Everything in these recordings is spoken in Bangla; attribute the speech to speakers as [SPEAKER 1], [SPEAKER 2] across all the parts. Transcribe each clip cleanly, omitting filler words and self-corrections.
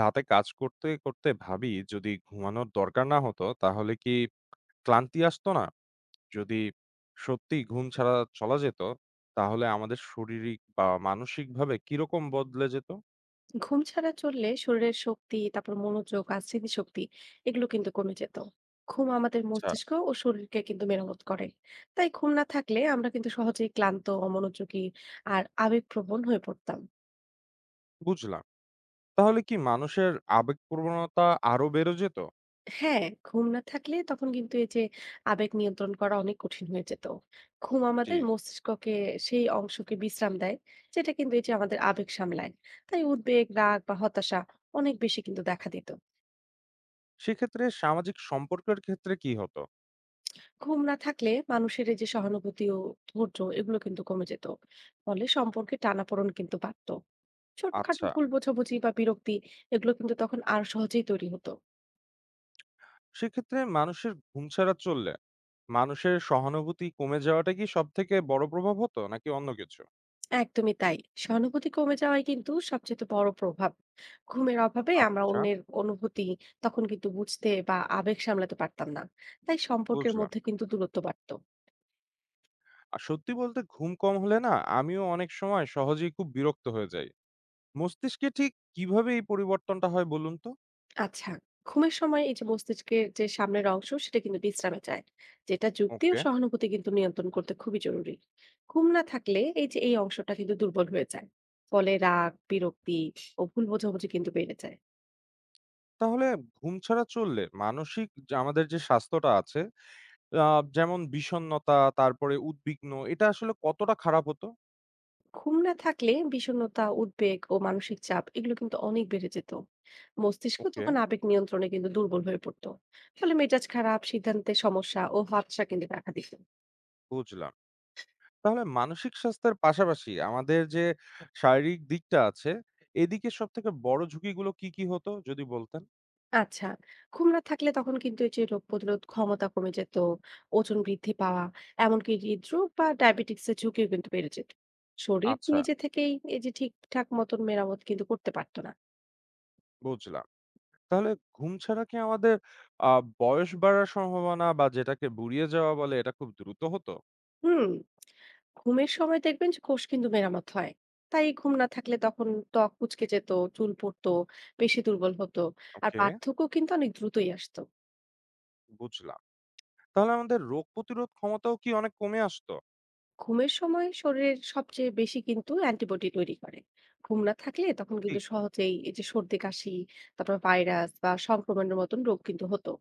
[SPEAKER 1] রাতে কাজ করতে ভাবি, যদি ঘুমানোর দরকার না হতো তাহলে কি ক্লান্তি আসতো না? যদি সত্যিই ঘুম ছাড়া চলা যেত, তাহলে আমাদের শারীরিক বা মানসিকভাবে কিরকম বদলে যেত?
[SPEAKER 2] ঘুম ছাড়া চললে শরীরের শক্তি, তারপর মনোযোগ আর স্মৃতিশক্তি এগুলো কিন্তু কমে যেত। ঘুম আমাদের
[SPEAKER 1] আচ্ছা,
[SPEAKER 2] মস্তিষ্ক ও শরীরকে কিন্তু মেরামত করে। তাই ঘুম না থাকলে আমরা কিন্তু সহজেই ক্লান্ত, অমনোযোগী আর আবেগপ্রবণ হয়ে পড়তাম।
[SPEAKER 1] বুঝলাম। তাহলে কি মানুষের আবেগপ্রবণতা আরো বেড়ে যেত?
[SPEAKER 2] হ্যাঁ, ঘুম না থাকলে তখন কিন্তু এই যে আবেগ নিয়ন্ত্রণ করা অনেক কঠিন হয়ে যেত। ঘুম
[SPEAKER 1] জি।
[SPEAKER 2] আমাদের মস্তিষ্ককে সেই অংশকে বিশ্রাম দেয়, যেটা কিন্তু এই যে আমাদের আবেগ সামলায়। তাই উদ্বেগ, রাগ বা হতাশা অনেক বেশি কিন্তু দেখা দিত।
[SPEAKER 1] সেক্ষেত্রে সামাজিক সম্পর্কের ক্ষেত্রে কি হতো?
[SPEAKER 2] ঘুম না থাকলে মানুষের এই যে সহানুভূতি ও ধৈর্য এগুলো কিন্তু কমে যেত। ফলে সম্পর্কে টানাপোড়েন কিন্তু বাড়তো। ছোটখাটো
[SPEAKER 1] আচ্ছা।
[SPEAKER 2] ভুল বোঝাবুঝি বা বিরক্তি এগুলো কিন্তু তখন আর সহজেই তৈরি হতো।
[SPEAKER 1] সেক্ষেত্রে মানুষের ঘুম ছাড়া চললে মানুষের সহানুভূতি কমে যাওয়াটা কি সবথেকে বড় প্রভাব হতো নাকি অন্য কিছু?
[SPEAKER 2] একদমই তাই। সহানুভূতি কমে যাওয়াই কিন্তু সবচেয়ে বড় প্রভাব। ঘুমের অভাবে আমরা
[SPEAKER 1] আচ্ছা,
[SPEAKER 2] অন্যের অনুভূতি তখন কিন্তু বুঝতে বা আবেগ সামলাতে পারতাম না। তাই সম্পর্কের
[SPEAKER 1] বুঝলাম।
[SPEAKER 2] মধ্যে কিন্তু দূরত্ব বাড়তো।
[SPEAKER 1] আর সত্যি বলতে ঘুম কম হলে না, আমিও অনেক সময় সহজেই খুব বিরক্ত হয়ে যাই। মস্তিষ্কে ঠিক কিভাবে এই পরিবর্তনটা হয় বলুন তো?
[SPEAKER 2] আচ্ছা, ঘুমের সময় এই যে মস্তিষ্কের যে সামনের অংশ সেটা কিন্তু বিশ্রামে যায়, যেটা যুক্তি ও
[SPEAKER 1] ওকে।
[SPEAKER 2] সহানুভূতি কিন্তু নিয়ন্ত্রণ করতে খুবই জরুরি। ঘুম না থাকলে এই যে এই অংশটা কিন্তু দুর্বল হয়ে যায়। ফলে রাগ, বিরক্তি ও ভুল বোঝাবুঝি কিন্তু বেড়ে যায়।
[SPEAKER 1] তাহলে ঘুম ছাড়া চললে মানসিক যে আমাদের যে স্বাস্থ্যটা আছে, আ যেমন বিষণ্ণতা, তারপরে উদ্বিগ্ন, এটা আসলে কতটা খারাপ হতো?
[SPEAKER 2] ঘুম না থাকলে বিষণ্ণতা, উদ্বেগ ও মানসিক চাপ এগুলো কিন্তু অনেক বেড়ে যেত। মস্তিষ্ক
[SPEAKER 1] ওকে,
[SPEAKER 2] তখন আবেগ নিয়ন্ত্রণে কিন্তু দুর্বল হয়ে পড়তো। ফলে মেজাজ খারাপ, সিদ্ধান্তে সমস্যা ও হতাশা কিন্তু দেখা দিত।
[SPEAKER 1] বুঝলাম। তাহলে মানসিক স্বাস্থ্যের পাশাপাশি আমাদের যে শারীরিক দিকটা আছে, এদিকে সবথেকে বড় ঝুঁকিগুলো কি কি হতো যদি বলতেন?
[SPEAKER 2] আচ্ছা, ঘুম না থাকলে তখন কিন্তু এই যে রোগ প্রতিরোধ ক্ষমতা কমে যেত, ওজন বৃদ্ধি পাওয়া, এমনকি হৃদরোগ বা ডায়াবেটিকস এর ঝুঁকিও কিন্তু বেড়ে যেত। শরীর
[SPEAKER 1] আচ্ছা,
[SPEAKER 2] নিজে থেকেই এই যে ঠিকঠাক মতন মেরামত কিন্তু করতে পারত না।
[SPEAKER 1] বুঝলাম। তাহলে ঘুম ছাড়া কি আমাদের আ বয়স বাড়ার সম্ভাবনা বা যেটাকে বুড়িয়ে যাওয়া বলে এটা খুব দ্রুত হতো?
[SPEAKER 2] হুম, ঘুমের সময় দেখবেন যে কোষ কিন্তু মেরামত হয়। তাই ঘুম না থাকলে তখন ত্বক কুঁচকে যেত, চুল পড়তো, পেশি দুর্বল হতো, আর
[SPEAKER 1] ওকে,
[SPEAKER 2] পার্থক্য কিন্তু অনেক দ্রুতই আসতো।
[SPEAKER 1] বুঝলাম। তাহলে আমাদের রোগ প্রতিরোধ ক্ষমতাও কি অনেক কমে আসতো?
[SPEAKER 2] ঘুমের সময় শরীরের সবচেয়ে বেশি কিন্তু অ্যান্টিবডি তৈরি করে। ঘুম না থাকলে তখন কিন্তু
[SPEAKER 1] ঠিক।
[SPEAKER 2] সহজেই এই যে সর্দি কাশি, তারপর ভাইরাস বা সংক্রমণের মতন রোগ কিন্তু হতো।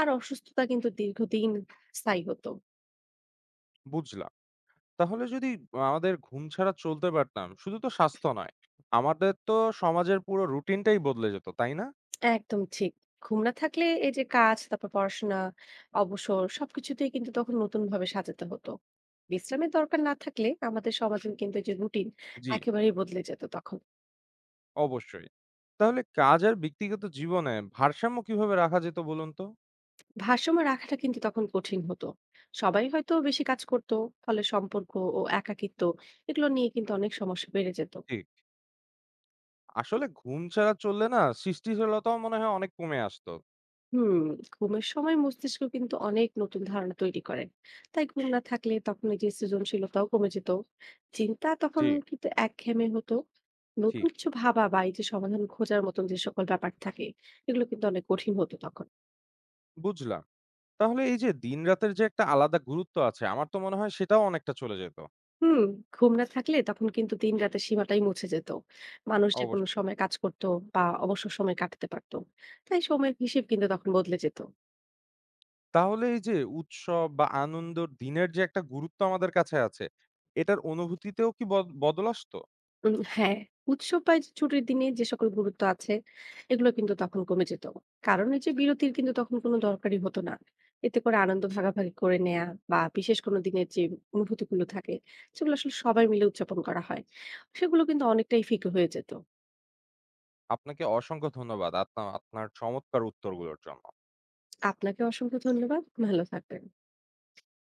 [SPEAKER 2] আর অসুস্থতা কিন্তু দীর্ঘদিন স্থায়ী হতো।
[SPEAKER 1] বুঝলাম। তাহলে যদি আমাদের ঘুম ছাড়া চলতে পারতাম, শুধু তো স্বাস্থ্য নয়, আমাদের তো সমাজের পুরো রুটিনটাই বদলে যেত, তাই না?
[SPEAKER 2] একদম ঠিক। ঘুম না থাকলে এই যে কাজ, তারপর পড়াশোনা, অবসর সবকিছুতেই কিন্তু তখন নতুন ভাবে সাজাতে হতো। বিশ্রামের দরকার না থাকলে আমাদের সমাজের কিন্তু এই যে রুটিন
[SPEAKER 1] জি,
[SPEAKER 2] একেবারেই বদলে যেত তখন।
[SPEAKER 1] অবশ্যই। তাহলে কাজ আর ব্যক্তিগত জীবনে ভারসাম্য কিভাবে রাখা যেত বলুন তো?
[SPEAKER 2] ভারসাম্য রাখাটা কিন্তু তখন কঠিন হতো। সবাই হয়তো বেশি কাজ করতো। ফলে সম্পর্ক ও একাকিত্ব এগুলো নিয়ে কিন্তু অনেক সমস্যা বেড়ে যেত।
[SPEAKER 1] ঠিক। আসলে ঘুম ছাড়া চললে না, সৃষ্টিশীলতাও মনে হয় অনেক কমে আসতো।
[SPEAKER 2] হুম, ঘুমের সময় মস্তিষ্ক কিন্তু অনেক নতুন ধারণা তৈরি করে। তাই ঘুম না থাকলে তখন এই যে সৃজনশীলতাও কমে যেত। চিন্তা
[SPEAKER 1] জি,
[SPEAKER 2] তখন কিন্তু একঘেয়েমি হতো। নতুন
[SPEAKER 1] ঠিক।
[SPEAKER 2] কিছু ভাবা বা এই যে সমাধান খোঁজার মতন যে সকল ব্যাপার থাকে, এগুলো কিন্তু অনেক কঠিন হতো তখন।
[SPEAKER 1] বুঝলাম। তাহলে এই যে দিন-রাতের যে একটা আলাদা গুরুত্ব আছে, আমার তো মনে হয় সেটাও অনেকটা চলে যেত।
[SPEAKER 2] হুম, ঘুম না থাকলে তখন কিন্তু দিন-রাতের সীমাটাই মুছে যেত। মানুষ যেকোনো
[SPEAKER 1] অবশ্যই।
[SPEAKER 2] সময় কাজ করত বা অবসর সময় কাটাতে পারত। তাই সময়ের হিসেব কিন্তু তখন বদলে যেত।
[SPEAKER 1] তাহলে এই যে উৎসব বা আনন্দর দিনের যে একটা গুরুত্ব আমাদের কাছে আছে, এটার অনুভূতিতেও কি বদল আসতো?
[SPEAKER 2] হ্যাঁ, উৎসব বা এই যে ছুটির দিনে যে সকল গুরুত্ব আছে, এগুলো কিন্তু তখন কমে যেত। কারণ এই যে বিরতির কিন্তু তখন কোনো দরকারই হতো না। এতে করে আনন্দ ভাগাভাগি করে নেয়া বা বিশেষ কোনো দিনের যে অনুভূতিগুলো থাকে, সেগুলো আসলে সবাই মিলে উদযাপন করা হয়। সেগুলো কিন্তু অনেকটাই ফিকে হয়ে যেত।
[SPEAKER 1] আপনাকে অসংখ্য ধন্যবাদ আপনার চমৎকার উত্তরগুলোর জন্য।
[SPEAKER 2] আপনাকে অসংখ্য ধন্যবাদ। ভালো থাকবেন।